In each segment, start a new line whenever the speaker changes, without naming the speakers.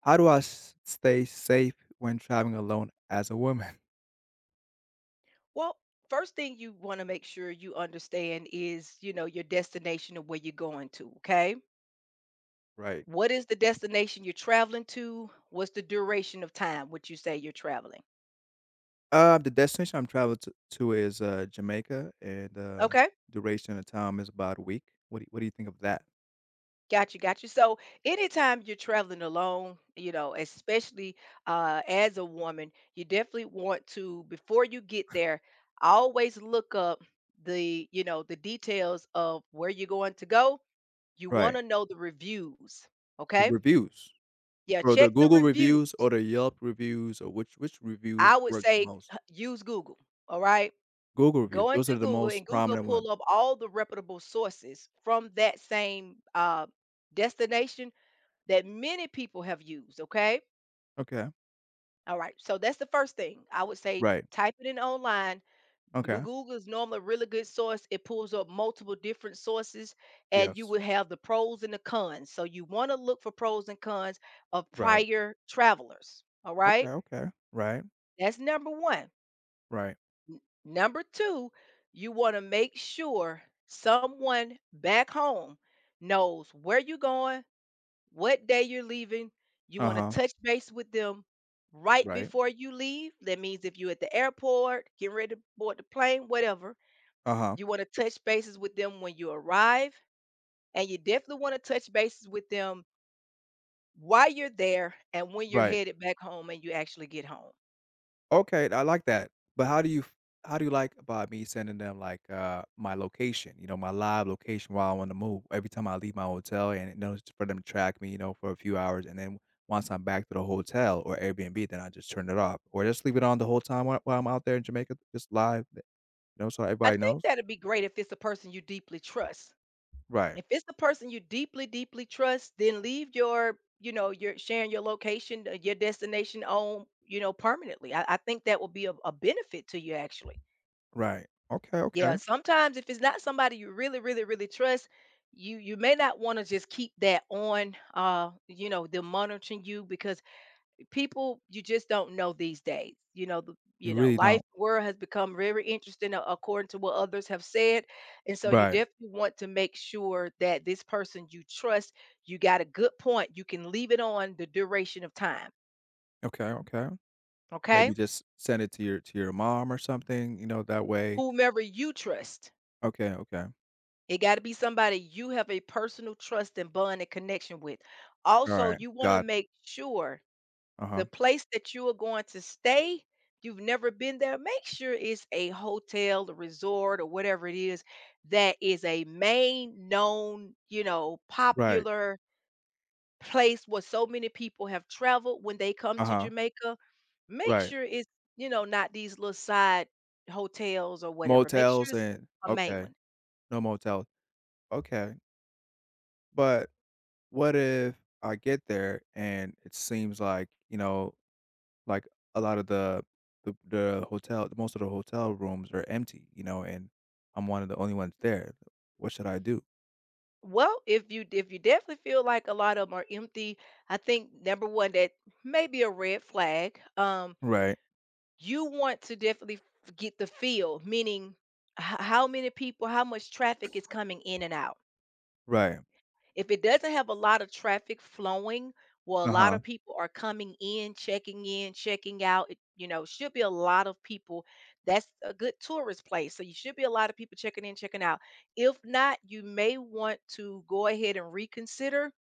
How do I stay safe when traveling alone as a woman?
Well, first thing you want to make sure you understand is, you know, your destination and where you're going to, okay?
Right.
What is the destination you're traveling to? What's the duration of time which you say you're traveling?
The destination I'm traveling to is Jamaica, and
Okay?
duration of time is about a week. What do you think of that?
Got you, got you. So, anytime you're traveling alone, you know, especially as a woman, you definitely want to, before you get there, always look up the, you know, the details of where you're going to go. You want
Right.
to know the reviews,
The
okay?
reviews,
Yeah,
or
check
the
the
Google reviews,
reviews.
or the Yelp reviews, or which reviews
I would
work the
say
most?
h use Google, all right?
Google reviews.
Go
Those
into
are the
Google and
most
Google
prominent
pull
ones.
up all the reputable sources from that same, destination that many people have used, okay?
Okay.
All right, so that's the first thing. I would say
Right.
type it in online.
Okay.
Google is normally a really good source. It pulls up multiple different sources, and you
Yes.
will have the pros and the cons. So you wanna look for pros and cons of
Right.
prior travelers, all
Okay.
right?
Okay. Right.
That's number 1.
Right.
Number two, you want to make sure someone back home knows where you're going, what day you're leaving. You
Uh
want to
huh.
touch base with them right
Right.
before you leave. That means if you're at the airport, getting ready to board the plane, whatever,
Uh huh.
you want to touch bases with them when you arrive. And you definitely want to touch bases with them while you're there and when you're
Right.
headed back home and you actually get home.
Okay, I like that. But how do you like about me sending them, like, my location, my live location while I'm on the move? Every time I leave my hotel and you know knows for them to track me, you know, for a few hours, and then once I'm back to the hotel or Airbnb, then I just turn it off or just leave it on the whole time while I'm out there in Jamaica, just live, so
I
everybody
think
knows.
that'd be great if it's a person you deeply trust.
Right,
If it's the person you deeply, deeply trust, then leave your, you know, your sharing your location, your destination on, you know, permanently. I think that will be a benefit to you actually.
right. Okay, okay.
Yeah. Sometimes if it's not somebody you really, really, really trust, you may not want to just keep that on you know, them monitoring you because people you just don't know these days. You know, the
You
you know,
really
life
don't.
world has become very interesting according to what others have said. And so you
Right.
definitely want to make sure that this person you trust, you got a good point. You can leave it on the duration of time.
Okay, okay.
Okay.
Maybe just send it to your mom or something, you know, that way.
Whomever you trust.
Okay, okay.
It got to be somebody you have a personal trust and bond and connection with. Also,
Alright,
you want to
got.
make sure
Uh-huh.
the place that you are going to stay, you've never been there, make sure it's a hotel, a resort, or whatever it is that is a main known, you know,
Right.
popular place where so many people have traveled when they come to
Uh-huh.
Jamaica. Make
Right.
sure it's, you know, not these little side hotels or whatever. Make
Motels
sure it's
and
a main
okay.
one.
No motel. Okay. But what if I get there and it seems like, you know, like a lot of the hotel, most of the hotel rooms are empty, you know, and I'm one of the only ones there. What should I do?
Well, if you definitely feel like a lot of them are empty, I think number one that may be a red flag.
Right.
You want to definitely get the feel, meaning how many people, how much traffic is coming in and out.
Right.
If it doesn't have a lot of traffic flowing, well, a lot
Uh-huh.
of people are coming in, checking out. It, you know, should be a lot of people. That's a good tourist place. So you should be a lot of people checking in, checking out. If not, you may want to go ahead and reconsider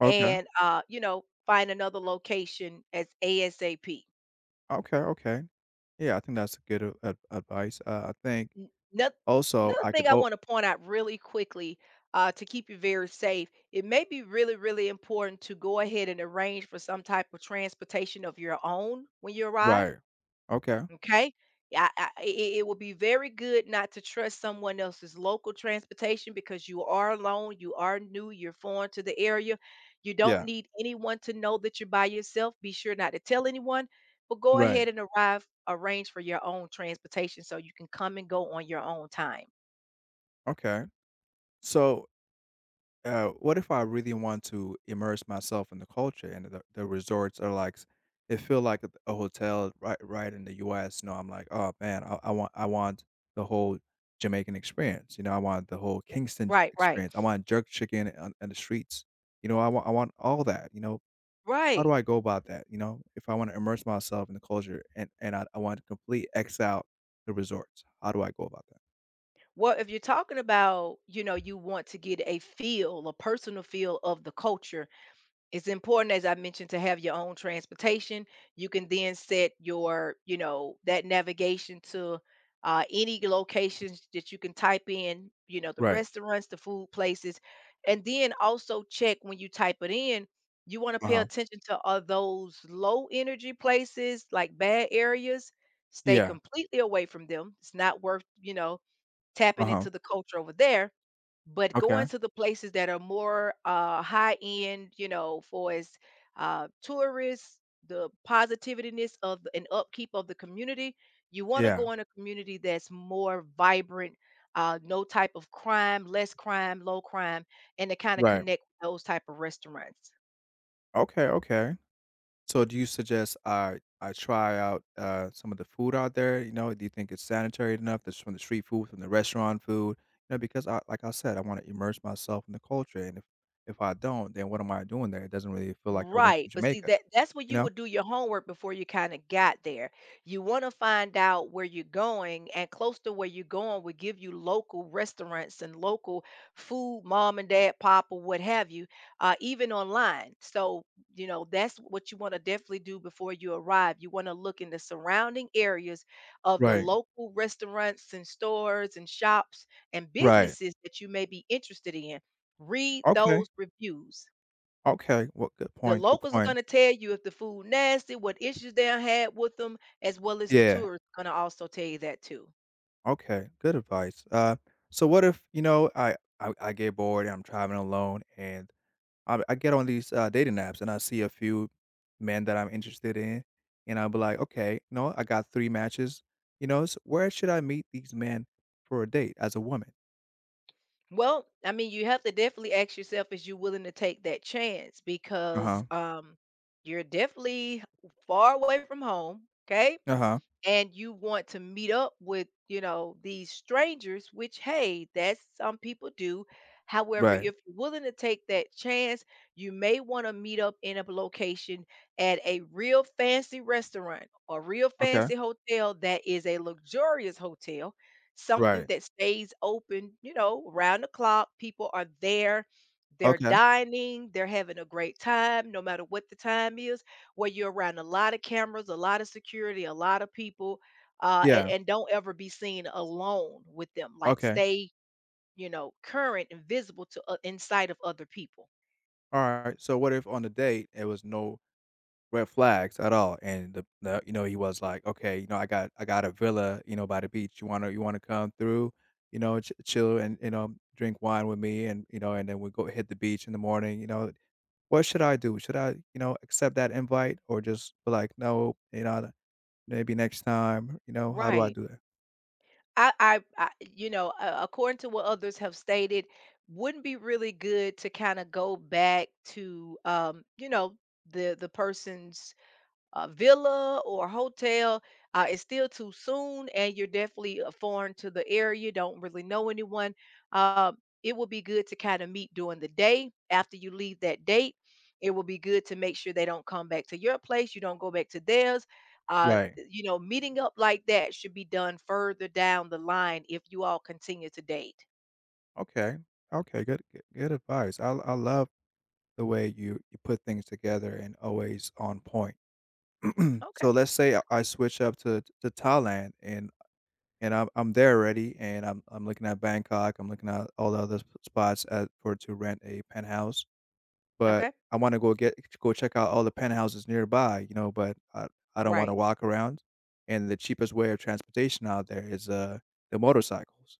Okay.
and, you know, find another location as ASAP.
Okay. Okay. Yeah, I think that's a good advice. I think
N noth
also
Another
I could
thing I
oh
wanna point out really quickly, to keep you very safe, it may be really, really important to go ahead and arrange for some type of transportation of your own when you arrive.
right. Okay.
Okay? Yeah, it will be very good not to trust someone else's local transportation because you are alone, you are new, you're foreign to the area. You don't
Yeah.
need anyone to know that you're by yourself. Be sure not to tell anyone, but go
Right.
ahead and arrive, arrange for your own transportation so you can come and go on your own time.
Okay. So what if I really want to immerse myself in the culture and the resorts are like, it feel like a hotel right in the U.S. You know, I'm like, oh man, I want the whole Jamaican experience. You know, I want the whole Kingston
Right, right,
experience. I want jerk chicken on the streets. You know, I want all that. You know, how do
right.
I go about that? You know, if I want to immerse myself in the culture and I want to complete X out the resorts, how do I go about that?
Well, if you're talking about, you know, you want to get a feel, a personal feel of the culture, it's important, as I mentioned, to have your own transportation. You can then set your, you know, that navigation to any locations that you can type in, you know, the
Right.
restaurants, the food places. And then also check when you type it in, you want to
Uh
pay
huh.
attention to are those low energy places, like bad areas. Stay
Yeah.
completely away from them. It's not worth, you know,
Uh
tapping
huh.
into the culture over there but going
Okay.
to the places that are more high end, you know, for as tourists, the positiveness of and upkeep of the community. You want to
Yeah.
go in a community that's more vibrant, no type of crime, less crime, low crime, and to kind of
Right.
connect with those type of restaurants.
Okay, okay. So do you suggest I try out some of the food out there? You know, do you think it's sanitary enough? That's from the street food, from the restaurant food. You know, because I, like I said, I want to immerse myself in the culture, and if I don't, then what am I doing there? It doesn't really feel like I went to
Right, but see
Jamaica.
that that's where
You
you
know?
would do your homework before you kind of got there. You want to find out where you're going, and close to where you're going would give you local restaurants and local food, mom and dad, pop, or what have you, even online. So, you know, that's what you want to definitely do before you arrive. You want to look in the surrounding areas of the
Right.
local restaurants and stores and shops and
Right.
businesses that you may be interested in. Read
Okay.
those reviews.
Okay. Well, good
The
point. Good
locals are
point.
gonna tell you if the food nasty, what issues they done had with them, as well as the
Yeah.
tourists gonna also tell you that too.
Okay. Good advice. So what if you know I get bored and I'm traveling alone and I get on these, dating apps and I see a few men that I'm interested in, and I'll be like, "Okay, you know, I got 3 matches, you know, so where should I meet these men for a date as a woman?"
Well, I mean, you have to definitely ask yourself, is you willing to take that chance? Because
Uh-huh,
you're definitely far away from home. Okay.
uh-huh,
And you want to meet up with, you know, these strangers, which hey, that's some people do. However,
right,
if you're willing to take that chance, you may want to meet up in a location at a real fancy restaurant or real
okay,
fancy hotel that is a luxurious hotel, something
right,
that stays open, you know, round the clock. People are there, they're
okay,
dining, they're having a great time no matter what the time is, where you're around a lot of cameras, a lot of security, a lot of people,
yeah,
and don't ever be seen alone with them. Like
okay,
stay, you know, current and visible to inside of other people.
alright, so what if on the date it was no red flags at all, and the you know, he was like, "Okay, you know, I got a villa, you know, by the beach. You wanna come through, you know, ch chill and, you know, drink wine with me and, you know, and then we go hit the beach in the morning," you know? What should I do? Should I, you know, accept that invite or just be like, "No, you know, maybe next time," you know? How do I
Right.
do that?
I you know, according to what others have stated, wouldn't be really good to kind of go back to, you know, the person's a villa or hotel. It's still too soon, and you're definitely foreign to the area. Don't really know anyone. Um, it will be good to kind of meet during the day after you leave that date. It will be good to make sure they don't come back to your place. You don't go back to theirs.
Right.
You know, meeting up like that should be done further down the line if you all continue to date.
Okay. Okay, good good good advice. I love the way you put things together and always on point. Mm. So
Okay,
let's say I
great.
switch up to Thailand and I'm there already and I'm looking at Bangkok, I'm looking at all the other spots at, for to rent a penthouse, but
Okay,
I want to go check out all the penthouses nearby, you know, but I don't want to
right.
walk around and the cheapest way of transportation out there is the motorcycles.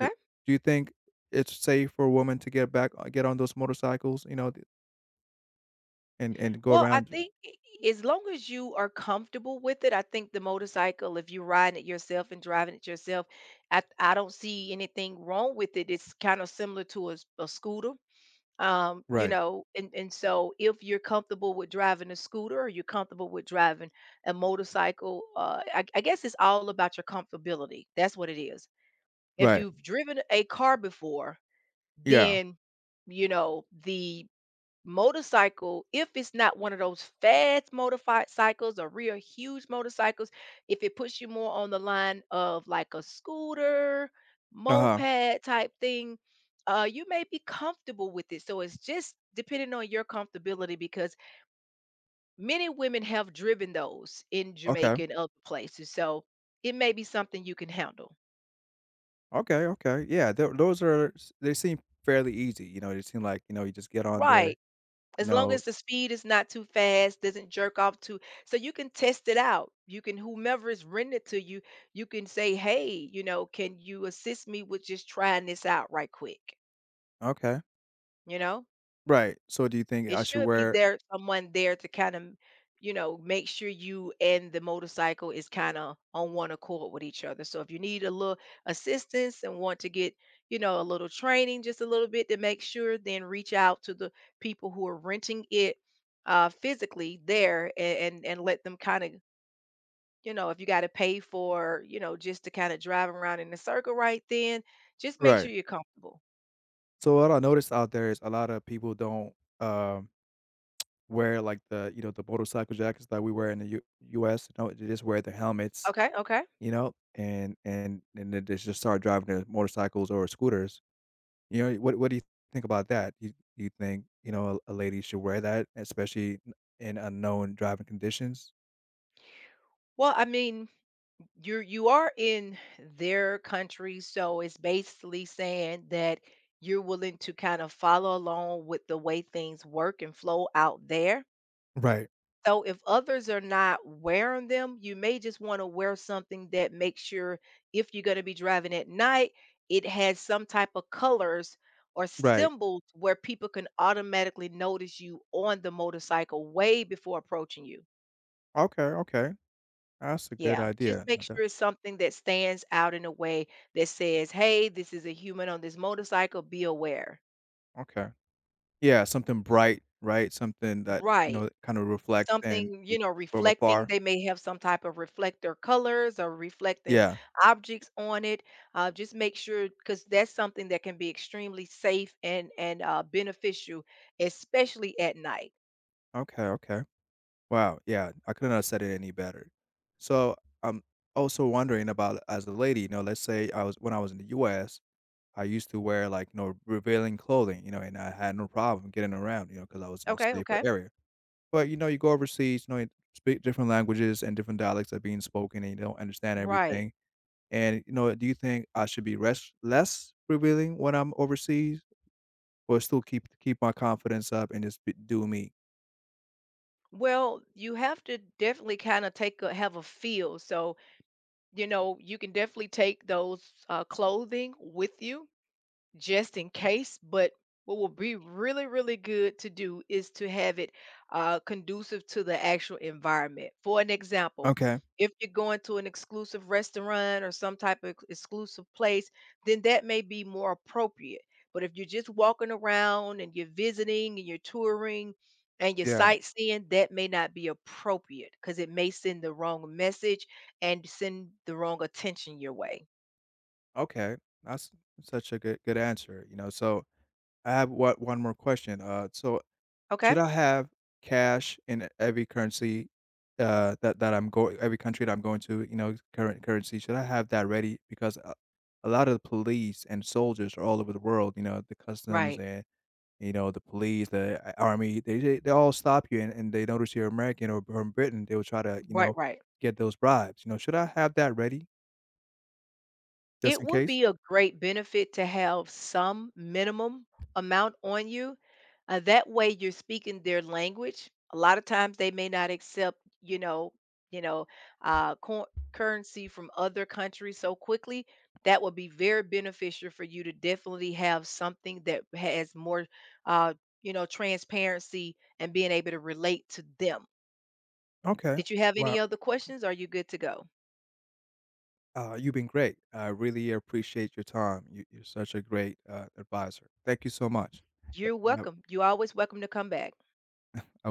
Do, do you think it's safe for a woman to get on those motorcycles, you know, and go
Well, I
around?
think as long as you are comfortable with it, I think the motorcycle, if you're riding it yourself and driving it yourself, I don't see anything wrong with it. It's kind of similar to a scooter, you
Right.
know, and so if you're comfortable with driving a scooter or you're comfortable with driving a motorcycle, I guess it's all about your comfortability. That's what it is. If
Right.
you've driven a car before,
Yeah.
then you know the motorcycle, if it's not one of those fast motorcycles or real huge motorcycles, if it puts you more on the line of like a scooter,
Uh-huh.
moped type thing, you may be comfortable with it. So it's just depending on your comfortability because many women have driven those in
Okay.
Jamaica and other places. So it may be something you can handle.
Okay, okay. Yeah, those are s they seem fairly easy, you know, they seem like, you know, you just get on there,
Right.
you
As long
know.
as the speed is not too fast, doesn't jerk off too, so you can test it out. You can whomever is renting it to you, you can say, "Hey, you know, can you assist me with just trying this out right quick?"
Okay.
You know?
Right, so do you think
It
I should
should be
wear
there someone there to kind of, you know, make sure you and the motorcycle is kind of on one accord with each other. So if you need a little assistance and want to get, you know, a little training, just a little bit to make sure, then reach out to the people who are renting it, physically there, and let them kind of, you know, if you got to pay for, you know, just to kind of drive around in a circle right then, just make sure
right.
you're comfortable.
So what I noticed out there is a lot of people don't, um, wear, like, the motorcycle jackets that we wear in the U US, you know, they just wear the helmets,
Okay, okay.
you know, and then they just start driving their motorcycles or scooters. You know, what do you think about that? You think, you know, a lady should wear that, especially in unknown driving conditions?
Well, I mean, you are in their country, so it's basically saying that you're willing to kind of follow along with the way things work and flow out there.
Right,
So if others are not wearing them, you may just want to wear something that makes sure if you're going to be driving at night, it has some type of colors or
right.
symbols where people can automatically notice you on the motorcycle way before approaching you.
Okay, okay. That's a good
Yeah, just
idea.
make sure
Nada
it's something that stands out in a way that says, "Hey, this is a human on this motorcycle. Be aware."
okay. Yeah, something bright, right? Something that, you
Right.
know, kind of reflects and
Something,
be
you know,
from
reflecting.
afar.
They may have some type of reflector colors or reflecting
Yeah.
objects on it. Just make sure, because that's something that can be extremely safe and beneficial, especially at night.
Okay, okay. Wow, yeah, I couldn't have said it any better. So, I'm also wondering about as a lady, you know, let's say I was when I was in the US, I used to wear, like, you know, revealing clothing, you know, and I had no problem getting around, you know, because I was in a
Okay.
safer
Okay.
area. But, you know, you go overseas, you know, you speak different languages and different dialects are being spoken, and you don't understand
Right.
everything. And, you know, do you think I should be res less revealing when I'm overseas or still keep my confidence up and just be do me?
Well, you have to definitely kind of take a have a feel. So, you know, you can definitely take those clothing with you just in case. But what will be really, really good to do is to have it conducive to the actual environment. For an example,
Okay.
if you're going to an exclusive restaurant or some type of exclusive place, then that may be more appropriate. But if you're just walking around and you're visiting and you're touring and you're
Yeah.
sightseeing, that may not be appropriate because it may send the wrong message and send the wrong attention your way.
Okay. That's such a good answer, you know? So, I have what one more question, so
Okay?
should I have cash in every currency, that that I'm going every country that I'm going to, you know, current currency, should I have that ready? Because a lot of the police and soldiers are all over the world, you know, the customs
Right.
and, you know, the police, the a army, they all stop you and they notice you're American or from Britain, they will try to, you
Right,
know,
right.
get those bribes, you know, should I have that ready just
It
in
would
case?
be a great benefit to have some minimum amount on you. That way you're speaking their language. A lot of times they may not accept, you know, uh, cor- currency from other countries so quickly. That would be very beneficial for you to definitely have something that has more, uh, you know, transparency and being able to relate to them.
Okay.
Did you have
Wow.
any other questions? Are you good to go?
You've been great. I really appreciate your time. You're such a great advisor. Thank you so much.
You're
Yeah,
welcome.
I
You're always welcome to come back.